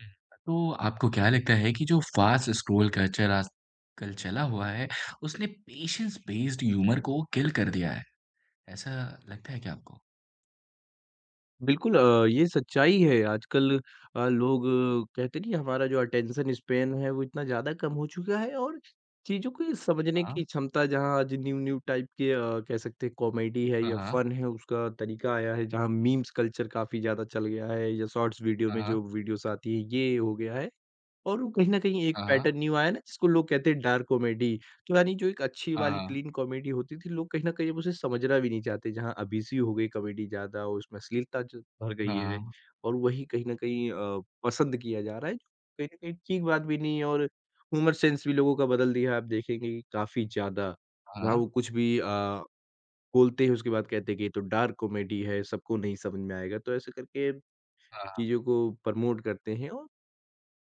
हुँ। तो आपको क्या लगता है कि जो फ़ास्ट स्क्रॉल कल्चर आजकल चला हुआ है, उसने पेशेंस बेस्ड ह्यूमर को किल कर दिया है, ऐसा लगता है क्या आपको? बिल्कुल ये सच्चाई है आजकल। लोग कहते नहीं, हमारा जो अटेंशन स्पैन है वो इतना ज़्यादा कम हो चुका है। और चीज़ों को समझने हाँ। की क्षमता जहाँ आज न्यू न्यू टाइप के कह सकते हैं कॉमेडी है हाँ, या हाँ। फन है उसका तरीका आया है, जहाँ मीम्स कल्चर काफ़ी ज़्यादा चल गया है, या शॉर्ट्स वीडियो में हाँ, जो वीडियोस आती है ये हो गया है। और वो कहीं न कहीं एक हाँ। पैटर्न न्यू आया ना, जिसको लोग कहते हैं डार्क कॉमेडी। तो यानी जो एक अच्छी हाँ, वाली हाँ। क्लीन कॉमेडी होती थी, लोग कहीं न कहीं अब उसे समझना भी नहीं चाहते, जहाँ अब्यूसिव हो गई कॉमेडी ज़्यादा, उसमें अश्लीलता जो भर गई हाँ, है। हाँ। और वही कहीं न कहीं पसंद किया जा रहा है, जो कहीं न कहीं ठीक बात भी नहीं है, और ह्यूमर सेंस भी लोगों का बदल दिया है। आप देखेंगे कि काफ़ी ज़्यादा, हाँ, जहाँ हाँ। वो कुछ भी बोलते हैं उसके बाद कहते हैं कि ये तो डार्क कॉमेडी है, सबको नहीं समझ में आएगा, तो ऐसे करके हाँ, हाँ। चीज़ों को प्रमोट करते हैं। और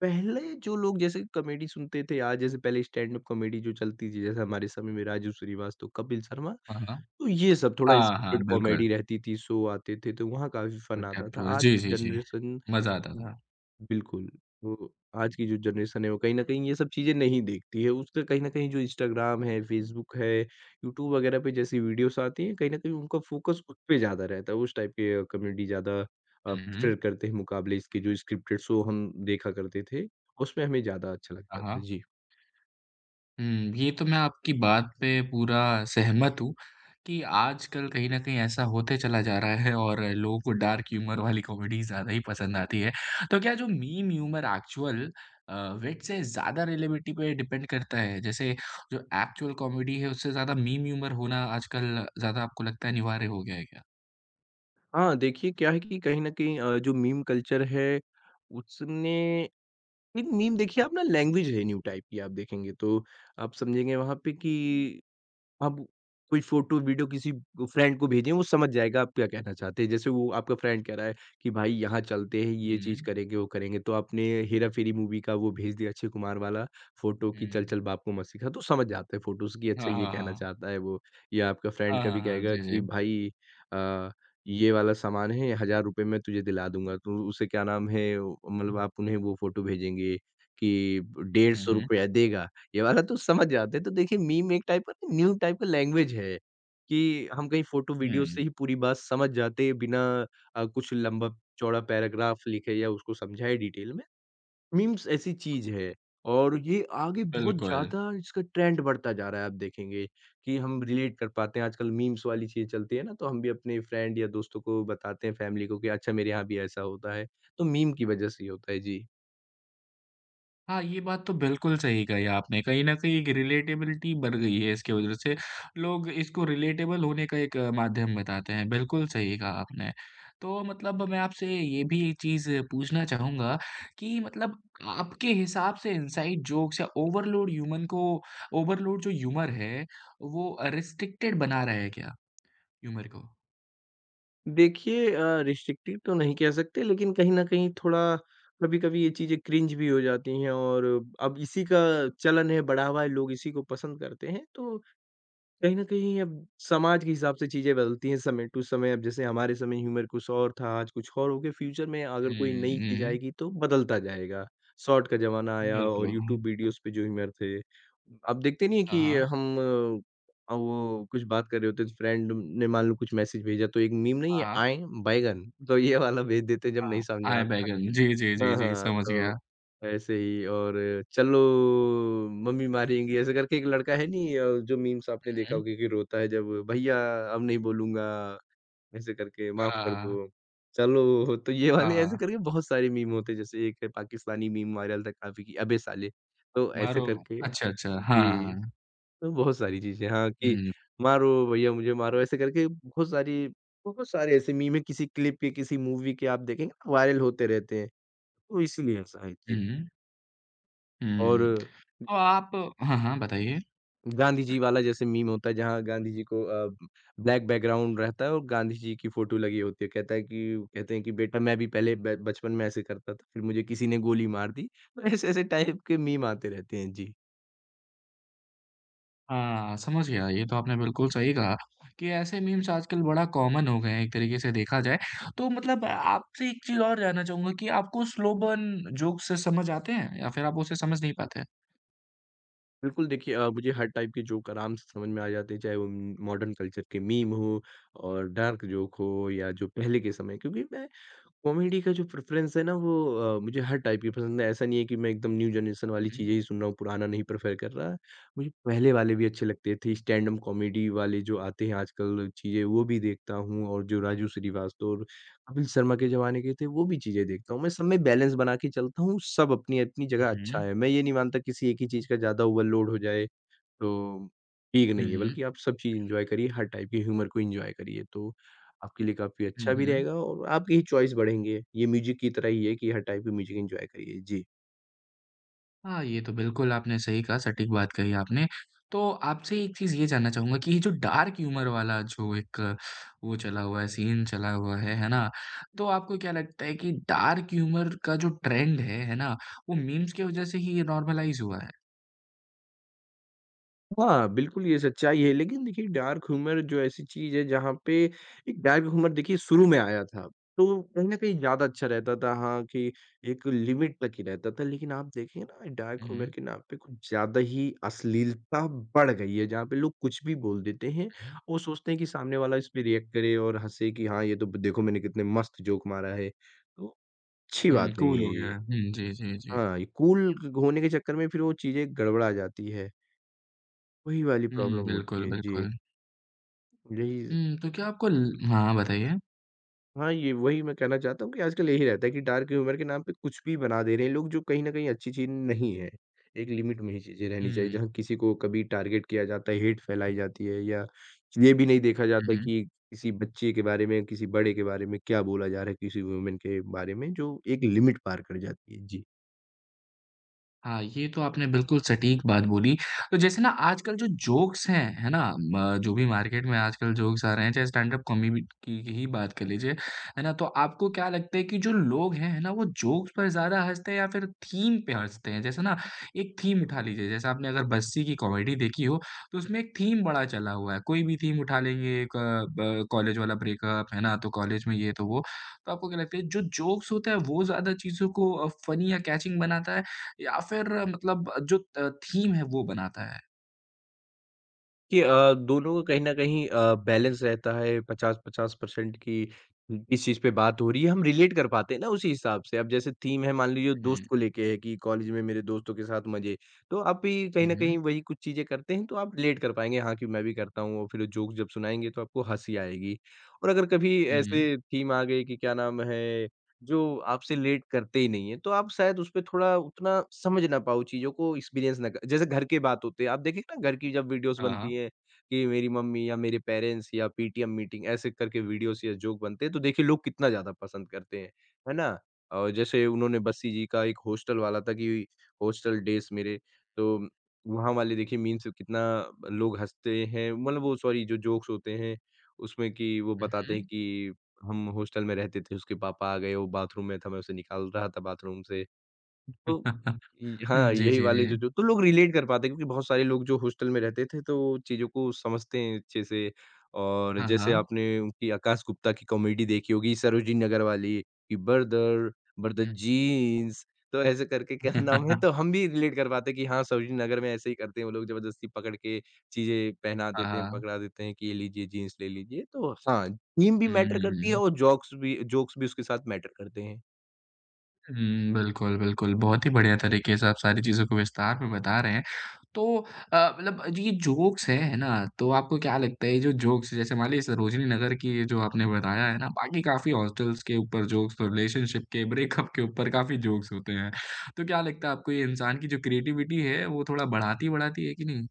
पहले जो लोग जैसे कॉमेडी सुनते थे, या जैसे पहले स्टैंड अप कॉमेडी जो चलती थी, जैसे हमारे समय में राजू श्रीवास्तव, कपिल शर्मा, हाँ, हाँ। तो ये सब थोड़ा हाँ, हाँ, स्क्रिप्टेड बिल्कुल। कॉमेडी रहती थी, शो आते थे, तो वहाँ काफ़ी तो फन आता टैब था। टूर आज जी, जी, जी। जनरेशन मज़ा आता था। बिल्कुल, वो आज की जो जनरेशन है वो कहीं न कहीं ये सब चीज़ें नहीं देखती है। उसका कहीं न कहीं जो इंस्टाग्राम है, फ़ेसबुक है, यूट्यूब वगैरह पे जैसी वीडियोज़ आती हैं, कहीं न कहीं उनका फ़ोकस उस पे ज़्यादा रहता है, उस टाइप के कम्युनिटी ज़्यादा हुँ, हुँ। प्रेफ़र करते हैं, मुकाबले इसके जो स्क्रिप्टेड शो हम देखा करते थे, उसमें हमें ज़्यादा अच्छा हाँ, लगता था। हाँ। जी। हुँ, ये तो मैं आपकी बात पे पूरा सहमत हूँ कि आजकल कहीं न कहीं ऐसा होते चला जा रहा है और लोगों को डार्क ह्यूमर वाली कॉमेडी ज़्यादा ही पसंद आती है। तो क्या जो meme humour actual a, wit से ज़्यादा रिलेबिलिटी पे डिपेंड करता है? जैसे जो एक्चुअल कॉमेडी है उससे ज़्यादा मीम ह्यूमर होना आजकल ज़्यादा आपको लगता है अनिवार्य हो गया है क्या? हाँ, देखिए क्या है कि कहीं न कहीं जो मीम कल्चर है, उसने मीम मीम देखिए, आप ना, लैंग्वेज है न्यू टाइप की, आप देखेंगे तो आप समझेंगे वहाँ पे कि अब कोई फ़ोटो, वीडियो किसी फ्रेंड को भेजें, वो समझ जाएगा आप क्या कहना चाहते हैं। जैसे वो आपका फ्रेंड कह रहा है कि भाई यहाँ चलते हैं, ये चीज़ हुँ, करेंगे, वो करेंगे, तो आपने हेरा-फेरी मूवी का वो भेज दिया, अक्षय कुमार वाला फ़ोटो कि चल, हुँ। चल बाप को मत सिखा, तो समझ जाते हैं फ़ोटोज़ कि हाँ, अच्छा ये हाँ, कहना हाँ। चाहता है वो। या आपका फ्रेंड हाँ, हाँ, कभी हाँ। कहेगा जी, जी। कि भाई अ, ये वाला सामान है, ₹1000 में तुझे दिला दूँगा, तो उसे क्या नाम है, मतलब आप उन्हें वो फ़ोटो भेजेंगे कि हुँ, ₹150 हुँ। देगा, ये वाला, तो समझ जाते हैं। तो देखिए मीम एक टाइप का न्यू टाइप का लैंग्वेज है, कि हम कहीं फ़ोटो वीडियो से हुँ, ही पूरी बात समझ जाते हैं बिना कुछ लंबा-चौड़ा पैराग्राफ लिखे या उसको समझाए डिटेल में। मीम्स ऐसी चीज़ है, और ये आगे बहुत बिल्कुल। ज़्यादा इसका ट्रेंड बढ़ता जा रहा है, आप देखेंगे कि हम रिलेट कर पाते हैं। आजकल मीम्स वाली चीज़ चलती है ना, तो हम भी अपने फ्रेंड या दोस्तों को बताते हैं, फैमिली को, कि अच्छा मेरे यहाँ भी ऐसा होता है। तो मीम की वज़ह से ही होता है। जी। हाँ, ये बात तो बिल्कुल सही कही आपने। कहीं न कहीं एक रिलेटेबिलिटी बढ़ गई है इसकी वजह से। लोग इसको रिलेटेबल होने का एक माध्यम बताते हैं। बिल्कुल सही कहा आपने। तो मतलब मैं आपसे ये भी एक चीज़ पूछना चाहूँगा कि मतलब आपके हिसाब से इनसाइड जोक्स या ओवरलोड ह्यूमन को ओवरलोड जो ह्यूमर है, वो रिस्ट्रिक्टेड बना रहा है क्या ह्यूमर को? देखिए रिस्ट्रिक्टिव तो नहीं कह सकते, लेकिन कहीं न कहीं थोड़ा कभी-कभी ये चीज़ें क्रिंज भी हो जाती हैं, और अब इसी का चलन है, बढ़ावा है, लोग इसी को पसंद करते हैं। तो कहीं न कहीं अब समाज के हिसाब से चीज़ें बदलती हैं समय टू समय। अब जैसे हमारे समय ह्यूमर कुछ और था, आज कुछ और हो गया। फ्यूचर में अगर हुँ, कोई नई चीज़ हुँ। आएगी तो बदलता जाएगा। शॉर्ट का ज़माना आया, और बिल्कुल, हुँ। यूट्यूब वीडियोज़ पे जो ह्यूमर थे। अब देखते नहीं है हाँ, कि हाँ। हम वो कुछ बात कर रहे होते हैं, तो फ्रेंड ने मान लो कुछ मैसेज भेजा, तो एक मीम नहीं है, हाँ, आएँ, बैगन। तो ये वाला भेज देते हैं जब नहीं हाँ। समझ में आए आता। बैगन। जी, जी, जी, हाँ, जी। हाँ, समझ गया। तो ऐसे ही, और चलो मम्मी मारेंगी ऐसे करके एक लड़का है नहीं, जो मीम्स आपने देखा होगा हुँ। कि रोता है, जब भैया अब नहीं बोलूँगा ऐसे करके माफ़ हाँ, कर हाँ। दो। चलो, तो ये वाले ऐसे हाँ, करके बहुत सारे मीम होते हैं, जैसे एक है पाकिस्तानी मीम वायरल था काफ़ी, कि अबे साले, तो ऐसे मारो करके अच्छा, अच्छा। हाँ, जी, हाँ। तो बहुत सारी चीज़ें, हाँ, कि हुँ, मारो भैया मुझे मारो, ऐसे करके बहुत सारे ऐसे मीम हैं, किसी क्लिप के, किसी मूवी के, आप देखेंगे वायरल होते रहते हैं। तो इसीलिए ऐसा है। जी। हुँ, और हुँ। तो आप हाँ, हाँ, बताइए। गाँधी जी वाला जैसे मीम होता है, जहाँ गाँधी जी को ब्लैक बैकग्राउंड रहता है और गाँधी जी की फ़ोटो लगी होती है। कहता है कि, कहते हैं कि बेटा मैं भी पहले ब बचपन में ऐसे करता था, फिर मुझे किसी ने गोली मार दी। तो ऐसे-ऐसे टाइप के मीम आते रहते हैं। जी। हाँ, समझ गया। ये तो आपने बिल्कुल सही कहा कि ऐसे मीम्स आजकल बड़ा कॉमन हो गए हैं एक तरीके से देखा जाए। तो मतलब आपसे एक चीज़ और जानना चाहूँगा कि आपको स्लो बर्न जोक्स से समझ आते हैं या फिर आप उसे समझ नहीं पाते? बिल्कुल देखिए, मुझे हर टाइप के जोक आराम से समझ में आ जाते हैं, चाहे वो मॉडर्न कल्चर के मीम हो और डार्क जोक हो, या जो पहले के समय, क्योंकि मैं कॉमेडी का जो प्रेफ़रेंस है ना वो, मुझे हर टाइप की पसंद है। ऐसा नहीं है कि मैं एकदम न्यू जनरेशन वाली हुँ, चीज़ें ही सुन रहा हूँ, पुराना नहीं प्रेफ़र कर रहा। मुझे पहले वाले भी अच्छे लगते थे, स्टैंड अप कॉमेडी वाले जो आते हैं आजकल चीज़ें वो भी देखता हूँ, और जो राजू श्रीवास्तव और कपिल शर्मा के ज़माने के थे वो भी चीज़ें देखता हूँ। मैं सब में बैलेंस बना के चलता हूँ, सब अपनी-अपनी जगह अच्छा हुँ, है। मैं ये नहीं मानता किसी एक ही चीज़ का ज़्यादा ओवरलोड हो जाए। तो ठीक हुँ, नहीं है, हुँ, बल्कि आप सब चीज़ एन्जॉय करिए, हर टाइप के ह्यूमर को एन्जॉय करिए, तो आपके लिए काफ़ी हुँ, अच्छा भी हुँ। रहेगा, और आपकी ही चॉइस बढ़ेंगे। ये म्यूज़िक की तरह ही है, कि हर टाइप के म्यूज़िक एन्जॉय करिए। जी। हाँ, ये तो बिल्कुल आपने सही कहा, सटीक बात कही आपने। तो आपसे एक चीज़ ये जानना चाहूँगा कि ये जो डार्क ह्यूमर वाला जो एक वो चला हुआ है, सीन चला हुआ है ना? तो आपको क्या लगता है कि डार्क ह्यूमर का जो ट्रेंड है ना? वो मीम्स की वज़ह से ही ये नॉर्मलाइज़ हुआ है? हाँ, बिल्कुल ये सच्चाई है, लेकिन देखिए डार्क ह्यूमर जो ऐसी चीज़ है जहाँ पे एक डार्क ह्यूमर, देखिए शुरू में आया था, तो कहीं न कहीं ज़्यादा अच्छा रहता था, हाँ, कि एक लिमिट तक ही रहता था। लेकिन आप देखें ना, डार्क हुँ, ह्यूमर हुँ, के नाम पे कुछ ज़्यादा ही अश्लीलता बढ़ गई है, जहाँ पे लोग कुछ भी बोल देते हैं हुँ। और सोचते हैं कि सामने वाला इस पे रिएक्ट करे और हँसे कि हाँ, ये तो देखो मैंने कितने मस्त जोक मारा है। तो अच्छी बात हुँ, नहीं कूल है हो गया ये। है। हुँ, जी, जी, जी। हाँ, ये कूल होने के चक्कर में फिर वो चीज़ें गड़बड़ा जाती है। वही वाली प्रॉब्लम हुँ, होती बिल्कुल, है। जी। बिल्कुल। यही, हुँ, तो क्या आपको ल हाँ, बताइए? हाँ, ये वही मैं कहना चाहता हूँ कि आजकल यही रहता है कि डार्क ह्यूमर के नाम पे कुछ भी बना दे रहे हैं लोग, जो कहीं न कहीं अच्छी चीज़ नहीं है। एक लिमिट में ही चीज़ें रहनी चाहिए, जहाँ हुँ, किसी को कभी टारगेट किया जाता है, हेट फैलाई जाती है, या ये भी नहीं देखा हुँ, जाता हुँ। कि किसी बच्चे के बारे में, किसी बड़े के बारे में क्या बोला जा रहा है, किसी वुमन के बारे में, जो एक लिमिट पार कर जाती है। जी। हाँ, ये तो आपने बिल्कुल सटीक बात बोली। तो जैसे ना आजकल जो जोक्स हैं, है ना? म जो भी मार्केट में आजकल जोक्स आ रहे हैं, चाहे स्टैंड अप कॉमेडी की ही बात कर लीजिए, है ना? तो आपको क्या लगता है कि जो लोग हैं, है ना? वो जोक्स पर ज़्यादा हँसते हैं या फिर थीम पे हँसते हैं? जैसे ना एक थीम उठा लीजिए, जैसे आपने अगर बस्सी की कॉमेडी देखी हो, तो उसमें एक थीम बड़ा चला हुआ है। कोई भी थीम उठा लेंगे, एक ब कॉलेज वाला ब्रेकअप, है ना? तो कॉलेज में ये तो वो। तो आपको क्या लगता है जो जोक्स होता है, वो ज़्यादा चीज़ों को फ़नी या कैचिंग बनाता है? या फिर मतलब जो थीम है वो बनाता है। कि दोनों का कहीं न कहीं बैलेंस रहता है 50-50% की, इस चीज़ पे बात हो रही है, हम रिलेट कर पाते हैं ना उसी हिसाब से। अब जैसे थीम है, मान लीजिए दोस्त हुँ, को लेके है कि कॉलेज में मेरे दोस्तों के साथ मज़े। तो आप भी कहीं न हुँ, कहीं वही कुछ चीज़ें करते हैं, तो आप रिलेट कर पाएँगे, हाँ, कि मैं भी करता हूँ, और फिर जोक्स जब सुनाएँगे तो आपको हँसी आएगी। और अगर कभी हुँ, हुँ। ऐसे थीम आ गई कि क्या नाम है, जो आपसे लेट करते ही नहीं है, तो आप शायद उसपे थोड़ा उतना समझ ना पाओ, चीज़ों को एक्सपीरियंस ना कर, जैसे घर के बात होते हैं, आप देखें ना, घर की जब वीडियोज़ हाँ, हाँ। बनती हैं कि मेरी मम्मी या मेरे पेरेंट्स या पीटीएम मीटिंग ऐसे करके वीडियोज़ या जोक बनते हैं, तो देखिए लोग कितना ज़्यादा पसंद करते हैं, है ना? और जैसे उन्होंने बस्सी जी का एक हॉस्टल वाला था, कि हॉस्टल डेज़ मेरे, तो वहाँ वाले देखिए मीम्स कितना लोग हँसते हैं, मतलब वो, सॉरी, जो जोक्स होते हैं उसमें, कि वो बताते हैं हुँ। कि हम हॉस्टल में रहते थे, उसके पापा आ गए, वो बाथरूम में था, मैं उसे निकाल रहा था बाथरूम से। तो इ हाँ, हुँ, जी, यही जी, वाले जो जी। जो, तो लोग रिलेट कर पाते हैं, क्योंकि बहुत सारे लोग जो हॉस्टल में रहते थे, तो चीज़ों को समझते हैं अच्छे से। और हाँ, जैसे हाँ। आपने उनकी आकाश गुप्ता की कॉमेडी देखी होगी, सरोजिनी नगर वाली, कि बर्दर, बर्दर जीन्स, तो ऐसे करके क्या नाम है? तो हम भी रिलेट कर पाते हैं कि हाँ, सरोजिनी नगर में ऐसे ही करते हैं वो लोग ज़बरदस्ती पकड़ के चीज़ें पहना हाँ, देते हैं, हाँ। पकड़ा देते हैं कि ये लीजिए जीन्स ले लीजिए। तो हाँ, थीम भी हुँ, मैटर हुँ, करती है हुँ। और जोक्स भी उसके साथ मैटर करते हैं। हुँ, बिल्कुल, बिल्कुल। बहुत ही बढ़िया तरीके से आप सारी चीज़ों को विस्तार में बता रहे हैं। तो मतलब ये जोक्स हैं, है ना? तो आपको क्या लगता है ये जो जोक्स जैसे मान लीजिए सरोजिनी नगर की ये जो आपने बताया है ना, बाकी काफ़ी हॉस्टल्स के ऊपर जोक्स तो रिलेशनशिप के, ब्रेकअप के ऊपर काफ़ी जोक्स होते हैं। तो क्या लगता है आपको ये इंसान की जो क्रिएटिविटी है वो थोड़ा बढ़ाती-बढ़ाती है कि नहीं?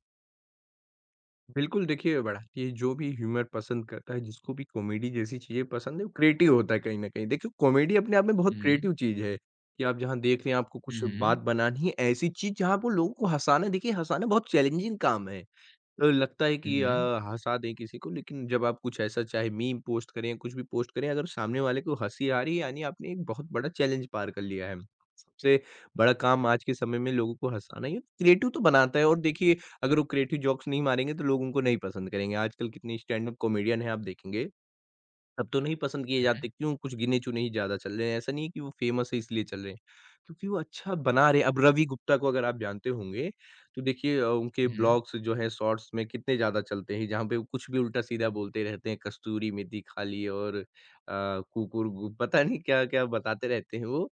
बिल्कुल, देखिए बड़ा ये जो भी ह्यूमर पसंद करता है, जिसको भी कॉमेडी जैसी चीज़ें पसंद है, वो क्रिएटिव होता है कहीं न कहीं। देखिए कॉमेडी अपने आप में बहुत हुँ, हुँ। क्रिएटिव चीज़ है, कि आप जहाँ देख रहे हैं आपको हुँ, कुछ बात हुँ। बनानी है, ऐसी चीज़ जहाँ पर लोगों को हँसाना है। देखिए हँसाना बहुत चैलेंजिंग काम है। लगता है हुँ, कि हुँ। हँसा दें किसी को, लेकिन जब आप कुछ ऐसा चाहे मीम पोस्ट करें या कुछ भी पोस्ट करें, अगर सामने वाले को हँसी आ रही है, यानी आपने एक बहुत बड़ा चैलेंज पार कर लिया है। सबसे बड़ा काम आज के समय में लोगों को हँसाना ही है, क्रिएटिव तो बनाता है। और देखिए अगर वो क्रिएटिव जोक्स नहीं मारेंगे तो लोग उनको नहीं पसंद करेंगे। आजकल कितने स्टैंड अप कॉमेडियन हैं आप देखेंगे अब तो नहीं पसंद किए हुँ, जाते, क्यों? कुछ गिने-चुने ही ज़्यादा चल रहे हैं, ऐसा नहीं है कि वो फ़ेमस है इसलिए चल रहे हैं, क्योंकि वो अच्छा बना रहे हैं। अब रवि गुप्ता को अगर आप जानते होंगे, तो देखिए उनके हुँ। ब्लॉग्स जो हैं शॉर्ट्स में कितने ज़्यादा चलते हैं, जहाँ पे वो कुछ भी उल्टा-सीधा बोलते रहते हैं, कस्तूरी मेथी खा ली और कुकुरगु पता नहीं क्या-क्या बताते रहते हैं वो।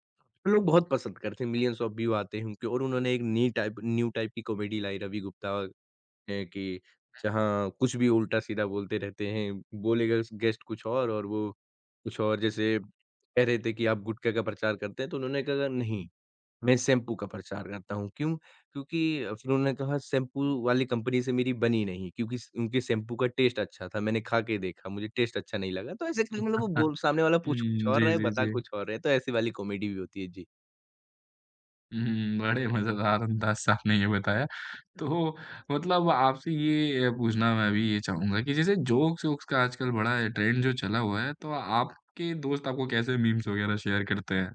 लोग बहुत पसंद करते हैं, मिलियंस ऑफ व्यू आते हैं उनके और उन्होंने एक न्यू टाइप की कॉमेडी लाई रवि गुप्ता हैं कि जहाँ कुछ भी उल्टा-सीधा बोलते रहते हैं, बोलेगा गेस्ट कुछ और वो कुछ और। जैसे कह रहे थे कि आप गुटखा का प्रचार करते हैं, तो उन्होंने कहा नहीं, मैं शैम्पू का प्रचार करता हूँ। क्यों? क्योंकि फिर उन्होंने कहा शैम्पू वाली कंपनी से मेरी बनी नहीं क्योंकि स उनके शैम्पू का टेस्ट अच्छा था, मैंने खा के देखा, मुझे टेस्ट अच्छा नहीं लगा। तो ऐसे करके हुँ। मतलब वो हुँ, बोल सामने वाला पूछ कुछ और रहा जी, है, जी, बता जी। कुछ और रहा है, तो ऐसी वाली कॉमेडी भी होती है। जी। हुँ, बड़े मज़ेदार अंदाज़ से आपने ये बताया। तो मतलब आपसे ये पूछना मैं भी ये चाहूँगा कि जैसे जोक्स-वोक्स का आजकल बड़ा ट्रेंड जो चला हुआ है, तो आपके दोस्त आपको कैसे मीम्स वग़ैरह शेयर करते हैं?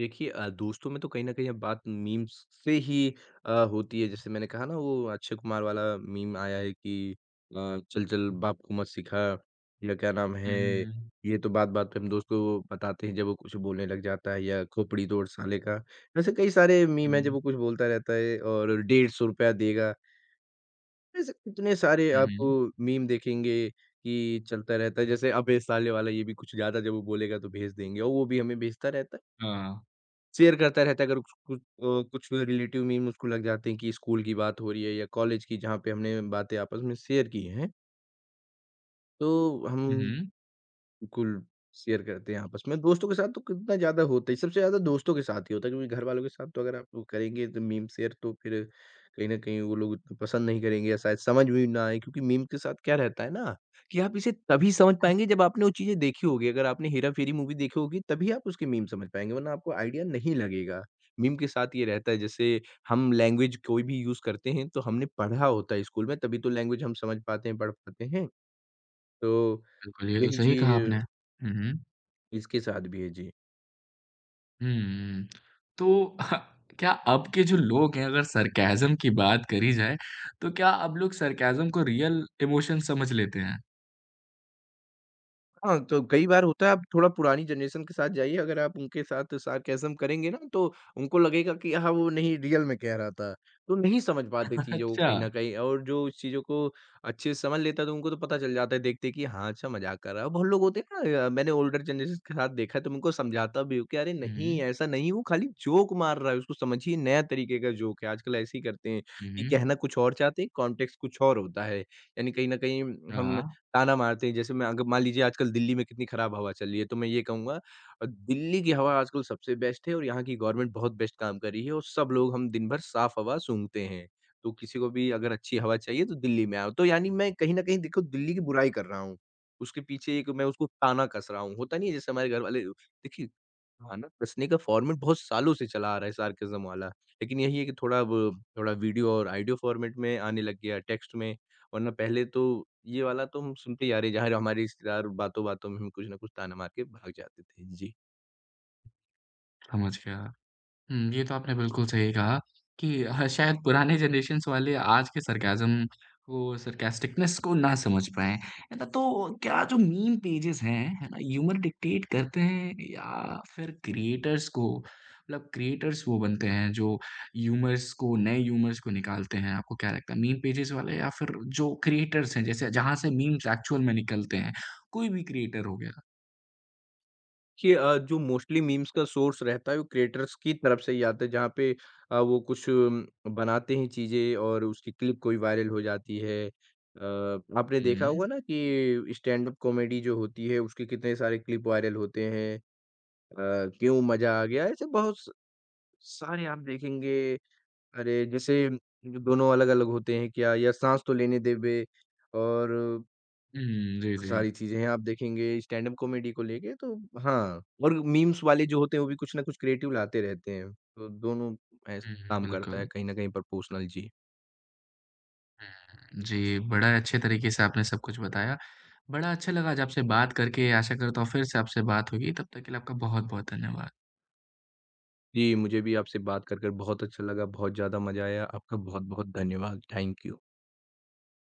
देखिए दोस्तों में तो कहीं न कहीं अब बात मीम्स से ही होती है। जैसे मैंने कहा ना वो अक्षय कुमार वाला मीम आया है कि "चल, चल बाप को मत सिखा" या क्या नाम है, हुँ, ये तो बात-बात पे हम दोस्त को बताते हैं जब वो कुछ बोलने लग जाता है या खोपड़ी तोड़ साले का। ऐसे कई सारे मीम हैं जब हुँ, वो कुछ बोलता रहता है और 150 रुपया देगा। ऐसे इतने सारे हुँ, आप हुँ, मीम देखेंगे कि चलता रहता है। जैसे अबे साले वाला ये भी कुछ ज़्यादा जब वो बोलेगा तो भेज देंगे और वो भी हमें भेजता रहता है। हाँ, शेयर करता रहता है अगर कुछ कुछ अ, कुछ रिलेटिव मीम उसको लग जाते हैं कि स्कूल की बात हो रही है या कॉलेज की जहाँ पे हमने बातें आपस में शेयर की हैं, तो हुँ, हम हुँ, बिल्कुल, शेयर करते हैं आपस में। दोस्तों के साथ तो कितना ज़्यादा होता ही, सबसे ज़्यादा दोस्तों के साथ ही होता है क्योंकि घरवालों के साथ तो अगर आप वो करेंगे तो मीम शेयर तो फिर कहीं न कहीं वो लोग इतना पसंद नहीं करेंगे या शायद समझ भी ना आए, क्योंकि मीम के साथ क्या रहता है ना, कि आप इसे तभी समझ पाएँगे जब आपने वो चीज़ें देखी होगी। अगर आपने हेरा-फेरी मूवी देखी होगी तभी आप उसके मीम समझ पाएँगे, वरना आपको आइडिया नहीं लगेगा। मीम के साथ ये रहता है जैसे हम लैंग्वेज कोई भी यूज़ करते हैं, तो हमने पढ़ा होता है स्कूल में, तभी तो लैंग्वेज हम समझ पाते हैं, पढ़ पाते हैं। तो बिल्कुल, ये तो यही सही कहा चीज़ आपने। हुँ, हुँ, इसके साथ भी है, जी। हुँ, तो क्या अब के जो लोग हैं, अगर सरकैज़्म की बात करी जाए, तो क्या अब लोग सरकैज़्म को रियल इमोशन समझ लेते हैं? हाँ, तो कई बार होता है आप थोड़ा पुरानी जनरेशन के साथ जाइए, अगर आप उनके साथ सार्केज़्म करेंगे ना तो उनको लगेगा कि हाँ, वो नहीं रियल में कह रहा था। तो नहीं समझ पाते चीज़ों को अच्छा। कहीं न कहीं, और जो इस चीज़ों को अच्छे से समझ लेता है तो उनको तो पता चल जाता है, देखते कि हाँ, अच्छा मज़ाक कर रहा है। बहुत लोग होते हैं ना, मैंने ओल्डर जनरेशन के साथ देखा है, तो मैं उनको समझाता भी हूँ कि अरे नहीं, हुँ। ऐसा नहीं, वो खाली जोक मार रहा है, उसको समझिए नया तरीके का जोक है। आजकल ऐसे ही करते हैं हुँ, कि हुँ। कहना कुछ और चाहते हैं, कॉन्टेक्स्ट कुछ और होता है। यानी कहीं न कहीं हाँ, हम हाँ, ताना मारते हैं। जैसे मैं अगर मान लीजिए आजकल दिल्ली में कितनी खराब हवा चल रही है, तो मैं ये कहूँगा दिल्ली की हवा आजकल सबसे बेस्ट है और यहाँ की गवर्नमेंट बहुत बेस्ट काम कर रही है और सब लोग हम दिन भर साफ हवा सूँघते हैं। तो किसी को भी अगर अच्छी हवा चाहिए तो दिल्ली में आओ। तो यानी मैं कहीं न कहीं देखो दिल्ली की बुराई कर रहा हूँ। उसके पीछे एक मैं उसको ताना कस रहा हूँ। होता नहीं है जैसे हमारे घर वाले देखिए, हाँ ना, हँसने का फॉर्मेट बहुत सालों से चला आ रहा है सार्कज़्म वाला। लेकिन यही है कि थोड़ा अब थोड़ा वीडियो और ऑडियो फॉर्मेट में आने लग गया है, टेक्स्ट में। वरना पहले तो ये वाला तो हम सुनते ही आ रहे हैं, जहाँ हमारे रिश्तेदार बातों-बातों में हमें कुछ न कुछ ताना मार के भाग जाते थे। जी। समझ गया। हुँ, ये तो आपने बिल्कुल सही कहा कि ह शायद पुराने जनरेशंस वाले आज के सरकाज़्म को सरकास्टिकनेस को ना समझ पाएँ, है ना? तो क्या जो मीम पेजेज़ हैं, है ना? ह्यूमर डिक्टेट करते हैं या फिर क्रिएटर्स को मतलब क्रिएटर्स वो बनते हैं जो ह्यूमर्स को नए ह्यूमर्स को निकालते हैं, आपको क्या लगता है? मीम पेजेज़ वाले या फिर जो क्रिएटर्स हैं जैसे जहाँ से मीम्स एक्चुअल में निकलते हैं, कोई भी क्रिएटर हो गया। कि जो मोस्टली मीम्स का सोर्स रहता है, वो क्रिएटर्स की तरफ से ही आता है, जहाँ पे वो कुछ बनाते हैं चीज़ें और उसकी क्लिप कोई वायरल हो जाती है। आपने देखा होगा हुँ, ना कि स्टैंड अप कॉमेडी जो होती है, उसके कितने सारे क्लिप वायरल होते हैं। क्यों मज़ा आ गया, ऐसे बहुत स सारे आप देखेंगे, अरे जैसे जो दोनों अलग-अलग होते हैं क्या, या साँस तो लेने दे बे, और हुँ, जी, जी। सारी चीज़ें हैं आप देखेंगे स्टैंड-अप कॉमेडी को लेके, तो हाँ, और मीम्स वाले जो होते हैं वो भी कुछ ना कुछ क्रिएटिव लाते रहते हैं। तो दोनों ऐस हुँ, हुँ, काम करता है बिल्कुल। कहीं न कहीं पर पर्सनल, जी। हुँ, जी, बड़ा अच्छे तरीके से आपने सब कुछ बताया। बड़ा अच्छा लगा आज आपसे बात करके, आशा करता हूँ फिर से आपसे बात होगी, तब तक के लिए आपका बहुत-बहुत धन्यवाद। जी, मुझे भी आपसे बात कर बहुत अच्छा लगा, बहुत ज़्यादा मज़ा आया। आपका बहुत-बहुत धन्यवाद। Thank you.